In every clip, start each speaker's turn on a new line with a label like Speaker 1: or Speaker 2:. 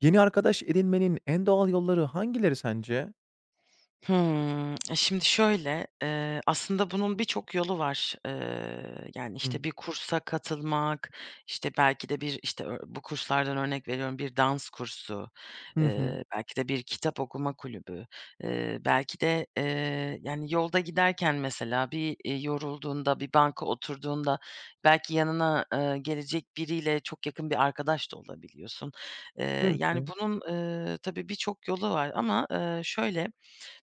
Speaker 1: Yeni arkadaş edinmenin en doğal yolları hangileri sence?
Speaker 2: Hımm. Şimdi şöyle, aslında bunun birçok yolu var. Yani,
Speaker 1: Hı.
Speaker 2: işte, bir kursa katılmak, işte, belki de bir, işte, ö bu kurslardan örnek veriyorum, bir dans kursu,
Speaker 1: Hı hı.
Speaker 2: belki de bir kitap okuma kulübü, belki de, yani, yolda giderken mesela yorulduğunda, bir banka oturduğunda belki yanına, gelecek biriyle çok yakın bir arkadaş da olabiliyorsun. Eee, Yani,
Speaker 1: Mümkün.
Speaker 2: bunun, tabii birçok yolu var ama, şöyle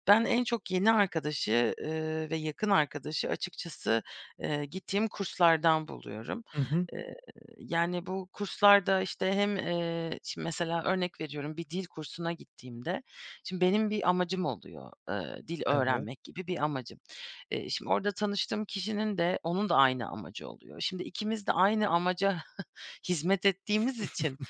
Speaker 2: ben en çok yeni arkadaşı, ve yakın arkadaşı açıkçası, gittiğim kurslardan buluyorum.
Speaker 1: Hı hı.
Speaker 2: Eee, Yani, bu kurslarda, işte, hem, şimdi mesela örnek veriyorum, bir dil kursuna gittiğimde şimdi benim bir amacım oluyor, dil
Speaker 1: Evet.
Speaker 2: öğrenmek gibi bir amacım. Şimdi orada tanıştığım kişinin de onun da aynı amacı oluyor. Şimdi ikimiz de aynı amaca hizmet ettiğimiz için,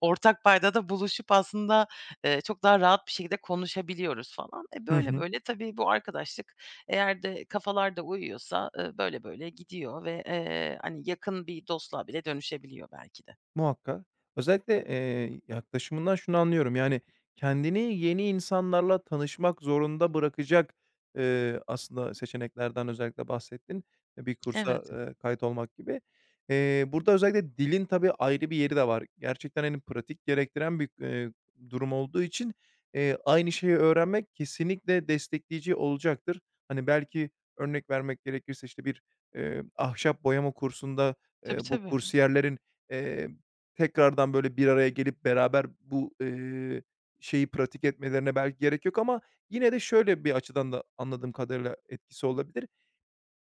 Speaker 2: ortak paydada buluşup aslında, çok daha rahat bir şekilde konuşabiliyoruz falan.
Speaker 1: Hı
Speaker 2: Böyle
Speaker 1: hı.
Speaker 2: böyle tabii bu arkadaşlık eğer de kafalar da uyuyorsa, böyle böyle gidiyor ve, hani, yakın bir dostluğa bile dönüşebiliyor belki de.
Speaker 1: Muhakkak. Özellikle, yaklaşımından şunu anlıyorum, yani, kendini yeni insanlarla tanışmak zorunda bırakacak, aslında seçeneklerden özellikle bahsettin. E, bir kursa,
Speaker 2: Evet.
Speaker 1: kayıt olmak gibi. Burada özellikle dilin tabii ayrı bir yeri de var. Gerçekten, hani, pratik gerektiren bir, durum olduğu için, aynı şeyi öğrenmek kesinlikle destekleyici olacaktır. Hani, belki örnek vermek gerekirse, işte, bir, ahşap boyama kursunda,
Speaker 2: Tabii,
Speaker 1: bu
Speaker 2: tabii.
Speaker 1: kursiyerlerin, eee, Tekrardan, böyle, bir araya gelip beraber bu, şeyi pratik etmelerine belki gerek yok ama yine de şöyle bir açıdan da anladığım kadarıyla etkisi olabilir.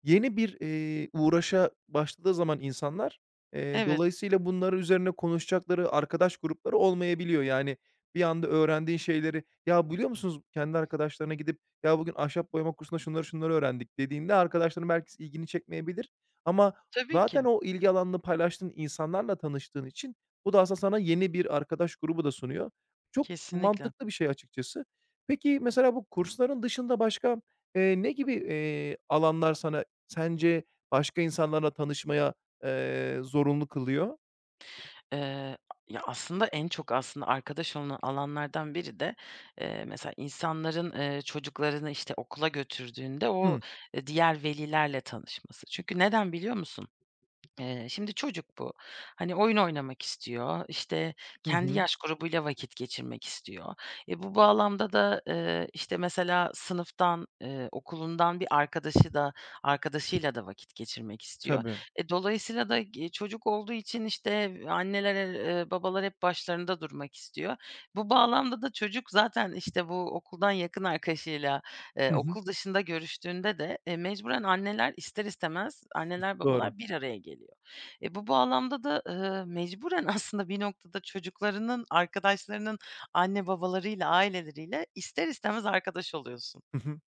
Speaker 1: Yeni bir, uğraşa başladığı zaman insanlar,
Speaker 2: Evet.
Speaker 1: dolayısıyla bunları üzerine konuşacakları arkadaş grupları olmayabiliyor. Yani bir anda öğrendiğin şeyleri, "Ya, biliyor musunuz?" Kendi arkadaşlarına gidip, "Ya, bugün ahşap boyama kursunda şunları şunları öğrendik." dediğinde arkadaşların belki ilgini çekmeyebilir ama
Speaker 2: Tabii ki.
Speaker 1: zaten o ilgi alanını paylaştığın insanlarla tanıştığın için bu da aslında sana yeni bir arkadaş grubu da sunuyor. Çok
Speaker 2: Kesinlikle.
Speaker 1: mantıklı bir şey açıkçası. Peki, mesela bu kursların dışında başka, ne gibi, alanlar sana sence başka insanlarla tanışmaya, zorunlu kılıyor?
Speaker 2: Eee, Ya, aslında en çok aslında arkadaş olunan alanlardan biri de, mesela insanların, çocuklarını, işte, okula götürdüğünde o,
Speaker 1: Hıı.
Speaker 2: diğer velilerle tanışması. Çünkü neden biliyor musun? Şimdi çocuk bu. Hani, oyun oynamak istiyor, işte,
Speaker 1: Hı
Speaker 2: kendi
Speaker 1: hı.
Speaker 2: yaş grubuyla vakit geçirmek istiyor. Bu bağlamda da, işte, mesela sınıftan, okulundan bir arkadaşı da arkadaşıyla da vakit geçirmek istiyor.
Speaker 1: Tabii.
Speaker 2: Dolayısıyla da çocuk olduğu için, işte, anneler, babalar hep başlarında durmak istiyor. Bu bağlamda da çocuk zaten, işte, bu okuldan yakın arkadaşıyla
Speaker 1: Hı hı.
Speaker 2: okul dışında görüştüğünde de, mecburen ister istemez anneler,
Speaker 1: Doğru.
Speaker 2: babalar bir araya geliyor. Bu bağlamda da, mecburen aslında bir noktada çocuklarının, arkadaşlarının anne babalarıyla, aileleriyle ister istemez arkadaş oluyorsun.
Speaker 1: Hı hı.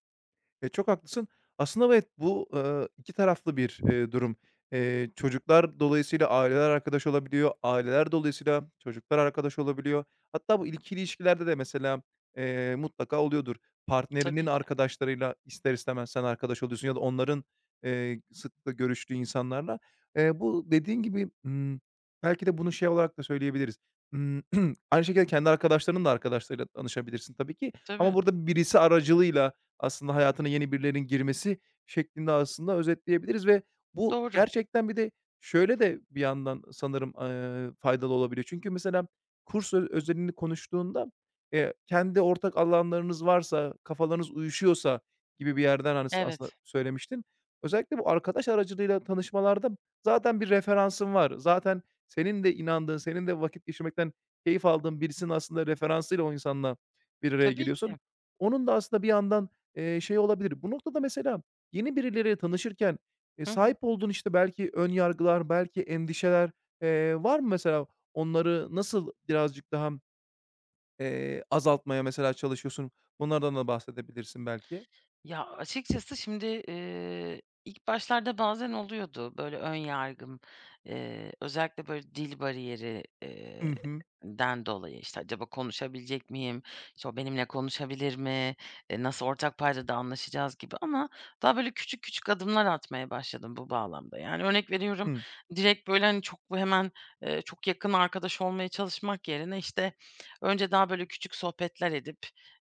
Speaker 1: E, çok haklısın. Aslında evet, bu, 2 taraflı bir, durum. Çocuklar dolayısıyla aileler arkadaş olabiliyor, aileler dolayısıyla çocuklar arkadaş olabiliyor. Hatta bu ikili ilişkilerde de mesela, mutlaka oluyordur. Partnerinin
Speaker 2: Tabii ki.
Speaker 1: arkadaşlarıyla ister istemez sen arkadaş oluyorsun ya da onların, sıklıkla görüştüğü insanlarla. Bu dediğin gibi, belki de bunu şey olarak da söyleyebiliriz. Imm, Aynı şekilde kendi arkadaşlarının da arkadaşlarıyla tanışabilirsin tabii ki ama
Speaker 2: Tabii.
Speaker 1: burada birisi aracılığıyla aslında hayatına yeni birilerinin girmesi şeklinde aslında özetleyebiliriz ve bu
Speaker 2: Doğru.
Speaker 1: gerçekten bir de şöyle de bir yandan sanırım, faydalı olabiliyor. Çünkü mesela kurs özelini konuştuğunda, kendi ortak alanlarınız varsa, kafalarınız uyuşuyorsa gibi bir yerden hani, aslında
Speaker 2: Evet.
Speaker 1: söylemiştin. Özellikle bu arkadaş aracılığıyla tanışmalarda zaten bir referansın var. Zaten senin de inandığın, senin de vakit geçirmekten keyif aldığın birisinin aslında referansıyla o insanla bir araya
Speaker 2: Tabii
Speaker 1: geliyorsun.
Speaker 2: ki.
Speaker 1: Onun da aslında bir yandan şey olabilir. Bu noktada mesela yeni birileriyle tanışırken,
Speaker 2: Hı hı.
Speaker 1: sahip olduğun, işte, belki ön yargılar, belki endişeler, var mı mesela? Onları nasıl birazcık daha, azaltmaya mesela çalışıyorsun? Bunlardan da bahsedebilirsin belki.
Speaker 2: Ya, açıkçası şimdi, ilk başlarda bazen oluyordu böyle ön yargım, özellikle böyle dil bariyeri
Speaker 1: Hı hı.
Speaker 2: den dolayı. İşte acaba konuşabilecek miyim? İşte, o benimle konuşabilir mi? Nasıl ortak paydada anlaşacağız gibi ama daha böyle küçük küçük adımlar atmaya başladım bu bağlamda. Yani, örnek veriyorum,
Speaker 1: Hı.
Speaker 2: direkt böyle, hani, çok bu hemen, çok yakın arkadaş olmaya çalışmak yerine, işte, önce daha böyle küçük sohbetler edip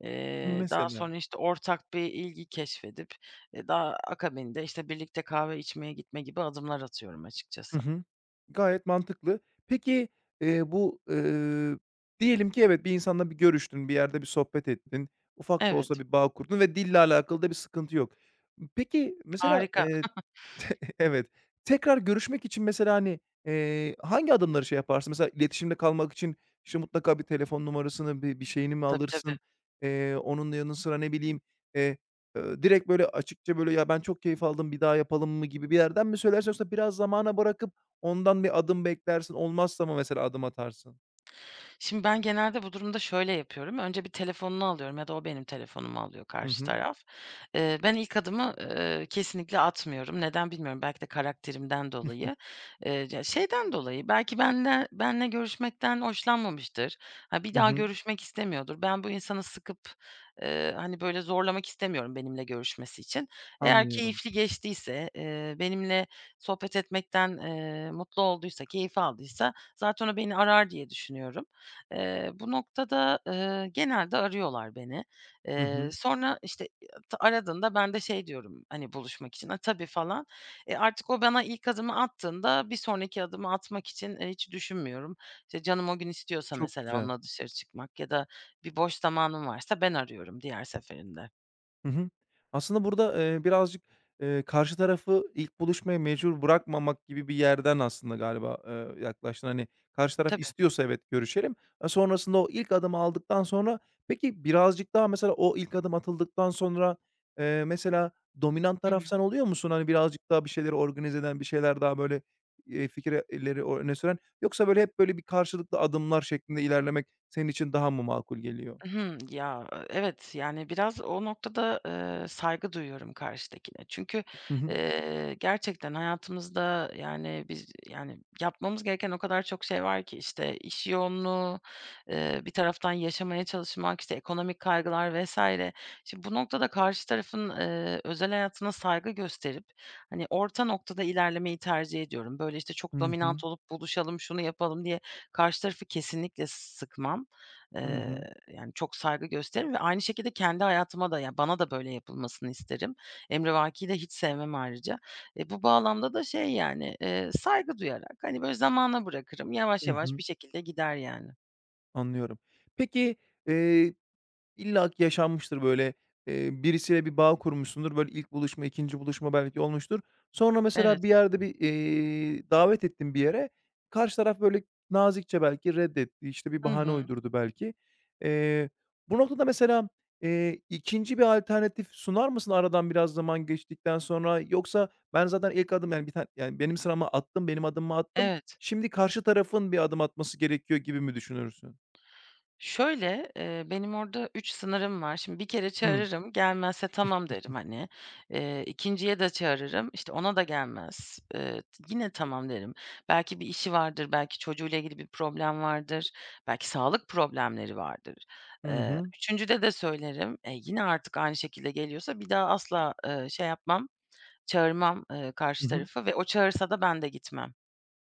Speaker 2: Daha
Speaker 1: Mesela.
Speaker 2: sonra, işte, ortak bir ilgi keşfedip, daha akabinde, işte, birlikte kahve içmeye gitme gibi adımlar atıyorum
Speaker 1: Hı
Speaker 2: açıkçası.
Speaker 1: hı. Gayet mantıklı. Peki, bu, diyelim ki evet, bir insanla bir görüştün, bir yerde bir sohbet ettin, ufak da olsa
Speaker 2: Evet,
Speaker 1: bir bağ kurdun ve dille alakalı da bir sıkıntı yok. Peki, mesela,
Speaker 2: harika.
Speaker 1: Evet. Tekrar görüşmek için mesela, hani, hangi adımları şey yaparsın? Mesela iletişimde kalmak için, işte, mutlaka bir telefon numarasını, bir şeyini mi
Speaker 2: Tabii, tabii.
Speaker 1: alırsın? Onun yanı sıra ne bileyim, eee, direkt böyle açıkça böyle, "Ya, ben çok keyif aldım, bir daha yapalım mı?" gibi bir yerden mi söylersin yoksa biraz zamana bırakıp ondan bir adım beklersin, olmazsa mı mesela adım atarsın?
Speaker 2: Şimdi ben genelde bu durumda şöyle yapıyorum. Önce bir telefonunu alıyorum ya da o benim telefonumu alıyor
Speaker 1: Hı
Speaker 2: karşı
Speaker 1: hı.
Speaker 2: taraf. Ben ilk adımı, kesinlikle atmıyorum. Neden bilmiyorum. Belki de karakterimden dolayı. Ya, şeyden dolayı belki benle görüşmekten hoşlanmamıştır. Ha, bir
Speaker 1: Hı
Speaker 2: daha
Speaker 1: hı.
Speaker 2: görüşmek istemiyordur. Ben bu insanı sıkıp, hani, böyle, zorlamak istemiyorum benimle görüşmesi için. Eğer
Speaker 1: Anlıyorum.
Speaker 2: keyifli geçtiyse, benimle sohbet etmekten, mutlu olduysa, keyif aldıysa zaten o beni arar diye düşünüyorum. Bu noktada, genelde arıyorlar beni.
Speaker 1: Hı hı.
Speaker 2: Sonra, işte, aradığında ben de şey diyorum, hani, buluşmak için, "A, tabii." falan. Artık o bana ilk adımı attığında bir sonraki adımı atmak için, hiç düşünmüyorum. İşte, canım o gün istiyorsa
Speaker 1: Çok
Speaker 2: mesela
Speaker 1: güzel.
Speaker 2: onunla dışarı çıkmak ya da bir boş zamanım varsa ben arıyorum diğer seferinde.
Speaker 1: Hı hı. Aslında burada, birazcık, karşı tarafı ilk buluşmaya mecbur bırakmamak gibi bir yerden aslında galiba, yaklaştın. Hani, karşı taraf
Speaker 2: Tabii.
Speaker 1: istiyorsa evet görüşelim. E, sonrasında o ilk adımı aldıktan sonra peki birazcık daha mesela o ilk adım atıldıktan sonra, mesela dominant taraf sen oluyor musun? Hani, birazcık daha bir şeyleri organize eden, bir şeyler daha böyle, fikirleri o öne süren yoksa böyle hep böyle bir karşılıklı adımlar şeklinde ilerlemek senin için daha mı makul geliyor?
Speaker 2: Hımm. Ya, evet, yani, biraz o noktada, saygı duyuyorum karşıdakine. Çünkü,
Speaker 1: Hı hı.
Speaker 2: gerçekten hayatımızda, yani, biz, yani, yapmamız gereken o kadar çok şey var ki, işte, iş yoğunluğu, bir taraftan yaşamaya çalışmak, işte, ekonomik kaygılar vs. Şimdi bu noktada karşı tarafın, özel hayatına saygı gösterip, hani, orta noktada ilerlemeyi tercih ediyorum. Böyle, işte, çok
Speaker 1: Hı hı.
Speaker 2: dominant olup buluşalım, şunu yapalım diye karşı tarafı kesinlikle sıkmam.
Speaker 1: Hı
Speaker 2: Eee
Speaker 1: hı.
Speaker 2: Yani, çok saygı gösteririm ve aynı şekilde kendi hayatıma da, ya, bana da böyle yapılmasını isterim. Emrivaki de hiç sevmem ayrıca. Bu bağlamda da şey, yani, saygı duyarak, hani, böyle zamana bırakırım. Yavaş
Speaker 1: Hı
Speaker 2: yavaş bir
Speaker 1: hı.
Speaker 2: şekilde gider yani.
Speaker 1: Anlıyorum. Peki, eee, illa ki yaşanmıştır böyle, birisiyle bir bağ kurmuşsundur. Böyle ilk buluşma, ikinci buluşma belki olmuştur. Sonra
Speaker 2: Evet.
Speaker 1: mesela bir yerde bir, davet ettin bir yere. Karşı taraf böyle nazikçe belki reddetti, işte, bir
Speaker 2: Hı
Speaker 1: bahane
Speaker 2: hı.
Speaker 1: uydurdu belki. Eee, bu noktada mesela, 2'nci bir alternatif sunar mısın aradan biraz zaman geçtikten sonra? Yoksa ben zaten ilk adım, yani, bir tane, yani, benim sırama attım, benim adımımı attım,
Speaker 2: Evet.
Speaker 1: şimdi karşı tarafın bir adım atması gerekiyor gibi mi düşünürsün?
Speaker 2: Şöyle, benim orada 3 sınırım var. Şimdi bir kere
Speaker 1: Hıı.
Speaker 2: çağırırım, gelmezse tamam derim, hani. 2'nciye de çağırırım, işte, ona da gelmez, yine tamam derim. Belki bir işi vardır, belki çocuğuyla ilgili bir problem vardır, belki sağlık problemleri vardır.
Speaker 1: Hı hı.
Speaker 2: 3'üncüde de söylerim. Yine artık aynı şekilde geliyorsa bir daha asla, şey yapmam, çağırmam,
Speaker 1: Hı
Speaker 2: karşı
Speaker 1: hı.
Speaker 2: tarafı ve o çağırsa da ben de gitmem.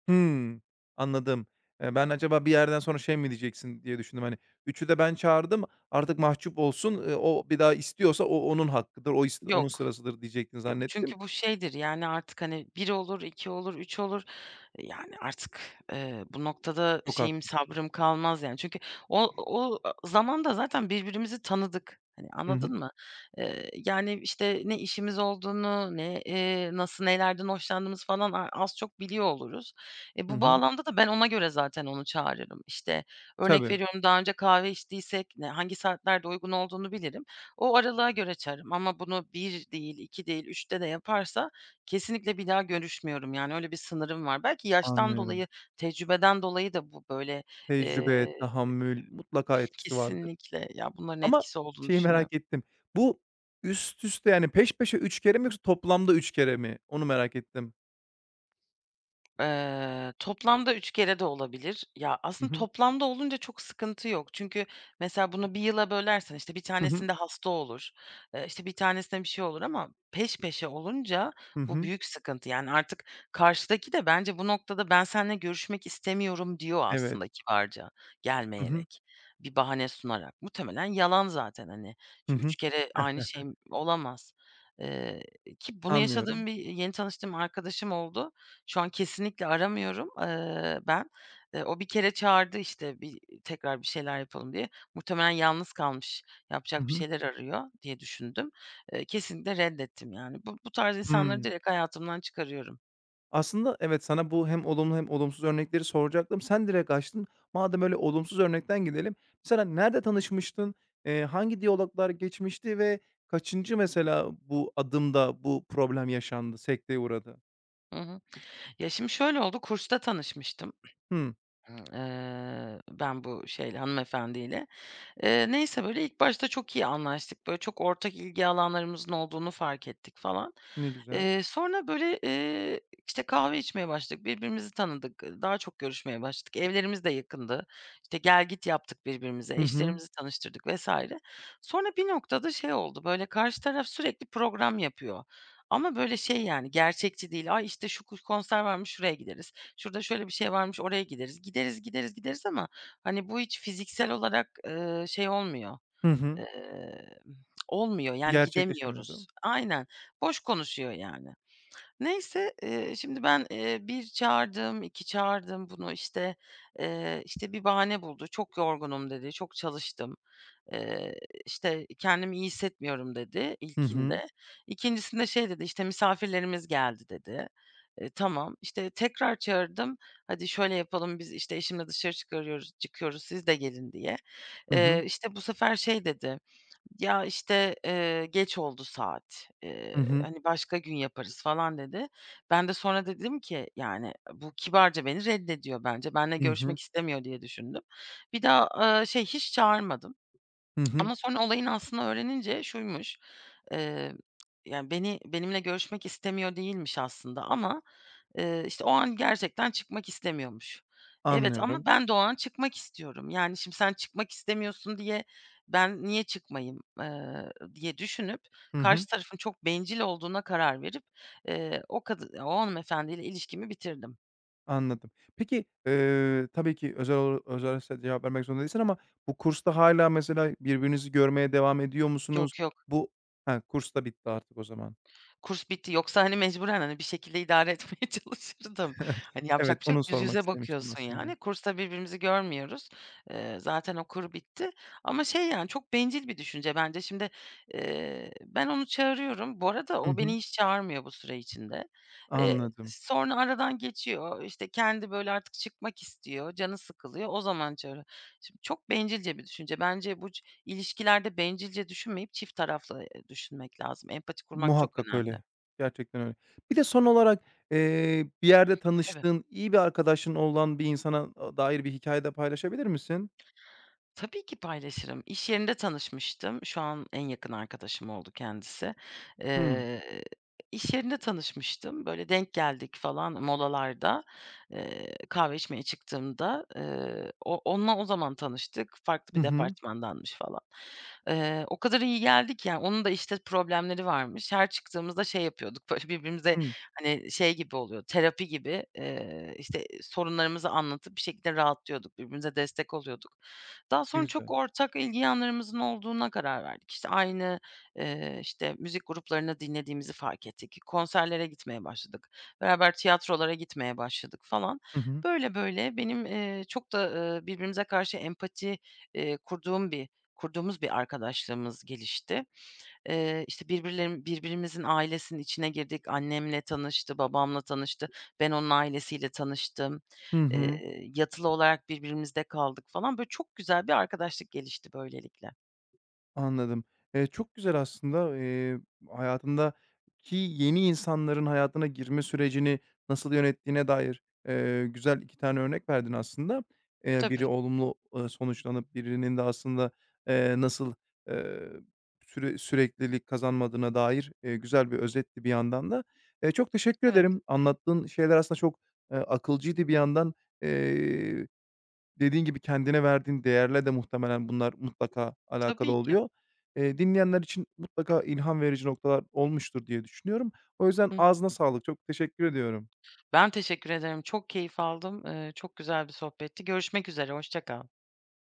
Speaker 1: Hımm. Anladım. Ben acaba bir yerden sonra şey mi diyeceksin diye düşündüm, hani, üçü de ben çağırdım, artık mahcup olsun, o bir daha istiyorsa o onun hakkıdır, o onun
Speaker 2: Yok.
Speaker 1: sırasıdır diyecektin
Speaker 2: Yok
Speaker 1: zannettim.
Speaker 2: çünkü bu şeydir, yani, artık, hani, bir olur, 2 olur, 3 olur. Yani, artık, bu noktada
Speaker 1: Çok
Speaker 2: şeyim,
Speaker 1: haklısın.
Speaker 2: sabrım kalmaz yani. Çünkü o zamanda zaten birbirimizi tanıdık. Hani,
Speaker 1: Hı hı.
Speaker 2: anladın mı? Yani, işte, ne işimiz olduğunu, ne, nasıl nelerden hoşlandığımız falan az çok biliyor oluruz.
Speaker 1: Hı
Speaker 2: Bu
Speaker 1: hı.
Speaker 2: bağlamda da ben ona göre zaten onu çağırırım. İşte, örnek
Speaker 1: Tabii,
Speaker 2: veriyorum, daha önce kahve içtiysek hangi saatlerde uygun olduğunu bilirim. O aralığa göre çağırırım ama bunu bir değil, 2 değil, üçte de yaparsa kesinlikle bir daha görüşmüyorum, yani, öyle bir sınırım var. Belki yaştan
Speaker 1: anlıyorum.
Speaker 2: dolayı, tecrübeden dolayı da bu böyle.
Speaker 1: Tecrübe,
Speaker 2: eee
Speaker 1: tahammül mutlaka etkisi vardır.
Speaker 2: Kesinlikle, ya, bunların
Speaker 1: Ama
Speaker 2: etkisi olduğunu
Speaker 1: şeyi
Speaker 2: düşünüyorum.
Speaker 1: merak ettim. Bu üst üste, yani, peş peşe 3 kere mi yoksa toplamda 3 kere mi? Onu merak ettim.
Speaker 2: Toplamda 3 kere de olabilir. Ya,
Speaker 1: Hı
Speaker 2: aslında
Speaker 1: hı.
Speaker 2: toplamda olunca çok sıkıntı yok. Çünkü mesela bunu bir yıla bölersen, işte, bir
Speaker 1: Hı hı.
Speaker 2: tanesinde hasta olur, işte, bir tanesinde bir şey olur ama peş peşe olunca
Speaker 1: Hı
Speaker 2: bu
Speaker 1: hı.
Speaker 2: büyük sıkıntı. Yani, artık karşıdaki de bence bu noktada ben seninle görüşmek istemiyorum diyor
Speaker 1: Evet.
Speaker 2: aslında kibarca,
Speaker 1: Hı hı.
Speaker 2: gelmeyerek, bir bahane sunarak. Muhtemelen yalan zaten, hani,
Speaker 1: Hı
Speaker 2: şu 3
Speaker 1: hı.
Speaker 2: kere aynı şey olamaz. Eee, Ki bunu yaşadığım
Speaker 1: Anlıyorum.
Speaker 2: bir yeni tanıştığım arkadaşım oldu. Şu an kesinlikle aramıyorum, ben. O bir kere çağırdı, işte, bir tekrar bir şeyler yapalım diye. Muhtemelen yalnız kalmış,
Speaker 1: Hı
Speaker 2: yapacak bir
Speaker 1: hı.
Speaker 2: şeyler arıyor diye düşündüm. Kesinlikle reddettim yani. Bu tarz insanları
Speaker 1: Hımm.
Speaker 2: direkt hayatımdan çıkarıyorum.
Speaker 1: Aslında evet, sana bu hem olumlu hem olumsuz örnekleri soracaktım. Sen direkt açtın. Madem öyle olumsuz örnekten gidelim. Mesela nerede tanışmıştın? Hangi diyaloglar geçmişti ve kaçıncı mesela bu adımda bu problem yaşandı, sekteye uğradı?
Speaker 2: Hı hı. Ya, şimdi şöyle oldu, kursta tanışmıştım,
Speaker 1: Hımm,
Speaker 2: ben bu şeyle, hanımefendiyle. Neyse, böyle, ilk başta çok iyi anlaştık. Böyle, çok ortak ilgi alanlarımızın olduğunu fark ettik falan.
Speaker 1: ne güzel.
Speaker 2: Sonra, böyle, işte, kahve içmeye başladık, birbirimizi tanıdık, daha çok görüşmeye başladık. Evlerimiz de yakındı. İşte, gel git yaptık birbirimize,
Speaker 1: Hı hı.
Speaker 2: eşlerimizi tanıştırdık vesaire. Sonra bir noktada şey oldu, böyle, karşı taraf sürekli program yapıyor ama, böyle, şey, yani, gerçekçi değil. "Ay, işte, şu konser varmış, şuraya gideriz. Şurada şöyle bir şey varmış, oraya gideriz." Gideriz, gideriz, gideriz ama hani, bu hiç fiziksel olarak, şey
Speaker 1: Hı hı.
Speaker 2: eee, olmuyor, yani, gidemiyoruz.
Speaker 1: Gerçekleşemiyordu.
Speaker 2: Aynen, boş konuşuyor yani. Neyse, şimdi ben, 1 çağırdım, 2 çağırdım bunu, işte, işte, bir bahane buldu. "Çok yorgunum." dedi, "Çok çalıştım." Eee, işte, "Kendimi iyi hissetmiyorum." dedi
Speaker 1: Hı hı.
Speaker 2: ilkinde. İkincisinde şey dedi, işte, "Misafirlerimiz geldi." dedi. Tamam. İşte, tekrar çağırdım. "Hadi şöyle yapalım, biz, işte, eşimle dışarı çıkıyoruz, siz de gelin." diye.
Speaker 1: Hı hı.
Speaker 2: İşte, bu sefer şey dedi, ya, işte, "Geç oldu saat,
Speaker 1: Hı hı.
Speaker 2: hani, başka gün yaparız." falan dedi. Ben de sonra dedim ki, yani, "Bu kibarca beni reddediyor bence. Benle
Speaker 1: Hı hı.
Speaker 2: görüşmek istemiyor." diye düşündüm. Bir daha, şey, hiç çağırmadım
Speaker 1: Hı hı.
Speaker 2: ama sonra olayın aslında öğrenince şuymuş: Eee, Yani, benimle görüşmek istemiyor değilmiş aslında ama, işte, o an gerçekten çıkmak istemiyormuş. Evet ama
Speaker 1: Anlıyorum.
Speaker 2: ben de o an çıkmak istiyorum. Yani, şimdi sen çıkmak istemiyorsun diye ben niye çıkmayayım, diye düşünüp
Speaker 1: Hı hı.
Speaker 2: karşı tarafın çok bencil olduğuna karar verip, o kadın, o hanımefendiyle ilişkimi bitirdim.
Speaker 1: Anladım. Peki, tabii ki özelse cevap vermek zorunda değilsin ama bu kursta hala mesela birbirinizi görmeye devam ediyor musunuz?
Speaker 2: Yok, yok.
Speaker 1: Bu Ha, kurs da bitti artık o zaman.
Speaker 2: Kurs bitti. Yoksa, hani, mecburen, hani, bir şekilde idare etmeye çalışırdım. Hani, yapacak
Speaker 1: Evet,
Speaker 2: bir şey yok.
Speaker 1: onu
Speaker 2: Yüz
Speaker 1: sormak
Speaker 2: yüze
Speaker 1: istemiştim
Speaker 2: bakıyorsun yani.
Speaker 1: aslında.
Speaker 2: Kursta birbirimizi görmüyoruz. Zaten okul bitti ama şey, yani, çok bencil bir düşünce bence. Şimdi, ben onu çağırıyorum. Bu arada
Speaker 1: Hı
Speaker 2: o
Speaker 1: hı.
Speaker 2: beni hiç çağırmıyor bu süre içinde.
Speaker 1: Anladım.
Speaker 2: Sonra aradan geçiyor. İşte, kendi, böyle, artık çıkmak istiyor. Canı sıkılıyor. O zaman çağırıyor. Şimdi çok bencilce bir düşünce. Bence bu İlişkilerde bencilce düşünmeyip çift taraflı, düşünmek lazım. Empati kurmak çok
Speaker 1: Muhakkak
Speaker 2: önemli.
Speaker 1: öyle. Gerçekten öyle. Bir de son olarak, bir yerde
Speaker 2: Tabii.
Speaker 1: tanıştığın, iyi bir arkadaşın olan bir insana, dair bir hikayede paylaşabilir misin?
Speaker 2: Tabii ki paylaşırım. İş yerinde tanışmıştım. Şu an en yakın arkadaşım oldu kendisi.
Speaker 1: Hı.
Speaker 2: Eee, iş yerinde tanışmıştım. Böyle denk geldik falan molalarda. Kahve içmeye çıktığımda, onunla o zaman tanıştık. Farklı
Speaker 1: Hı
Speaker 2: bir
Speaker 1: hı.
Speaker 2: departmandanmış falan. O kadar iyi geldik yani onun da işte problemleri varmış. Her çıktığımızda şey yapıyorduk, böyle birbirimize
Speaker 1: Hımm.
Speaker 2: hani şey gibi oluyor, terapi gibi, işte sorunlarımızı anlatıp bir şekilde rahatlıyorduk, birbirimize destek oluyorduk. Daha
Speaker 1: Ne
Speaker 2: sonra çok
Speaker 1: güzel.
Speaker 2: ortak ilgi alanlarımızın olduğuna karar verdik. İşte, aynı, işte, müzik gruplarını dinlediğimizi fark ettik. Konserlere gitmeye başladık. Beraber tiyatrolara gitmeye başladık falan.
Speaker 1: Hı hı.
Speaker 2: Böyle böyle benim, çok da, birbirimize karşı empati, eee, kurduğum bir kurduğumuz bir arkadaşlığımız gelişti. İşte, birbirimizin ailesinin içine girdik. Annemle tanıştı, babamla tanıştı. Ben onun ailesiyle tanıştım.
Speaker 1: Hı hı.
Speaker 2: Yatılı olarak birbirimizde kaldık falan. Böyle, çok güzel bir arkadaşlık gelişti böylelikle.
Speaker 1: Anladım. Çok güzel aslında, hayatındaki yeni insanların hayatına girme sürecini nasıl yönettiğine dair, güzel 2 tane örnek verdin aslında. Eee,
Speaker 2: Tabii,
Speaker 1: biri olumlu, sonuçlanıp birinin de aslında, nasıl, eee, süreklilik kazanmadığına dair, güzel bir özetti bir yandan da. Çok teşekkür
Speaker 2: evet,
Speaker 1: ederim. Anlattığın şeyler aslında çok, akılcıydı bir yandan. Eee Dediğin gibi kendine verdiğin değerle de muhtemelen bunlar mutlaka alakalı
Speaker 2: tabii ki.
Speaker 1: oluyor. Dinleyenler için mutlaka ilham verici noktalar olmuştur diye düşünüyorum. O yüzden
Speaker 2: Hı.
Speaker 1: ağzına sağlık. Çok teşekkür ediyorum.
Speaker 2: Ben teşekkür ederim. Çok keyif aldım. Çok güzel bir sohbetti. Görüşmek üzere, hoşça kal.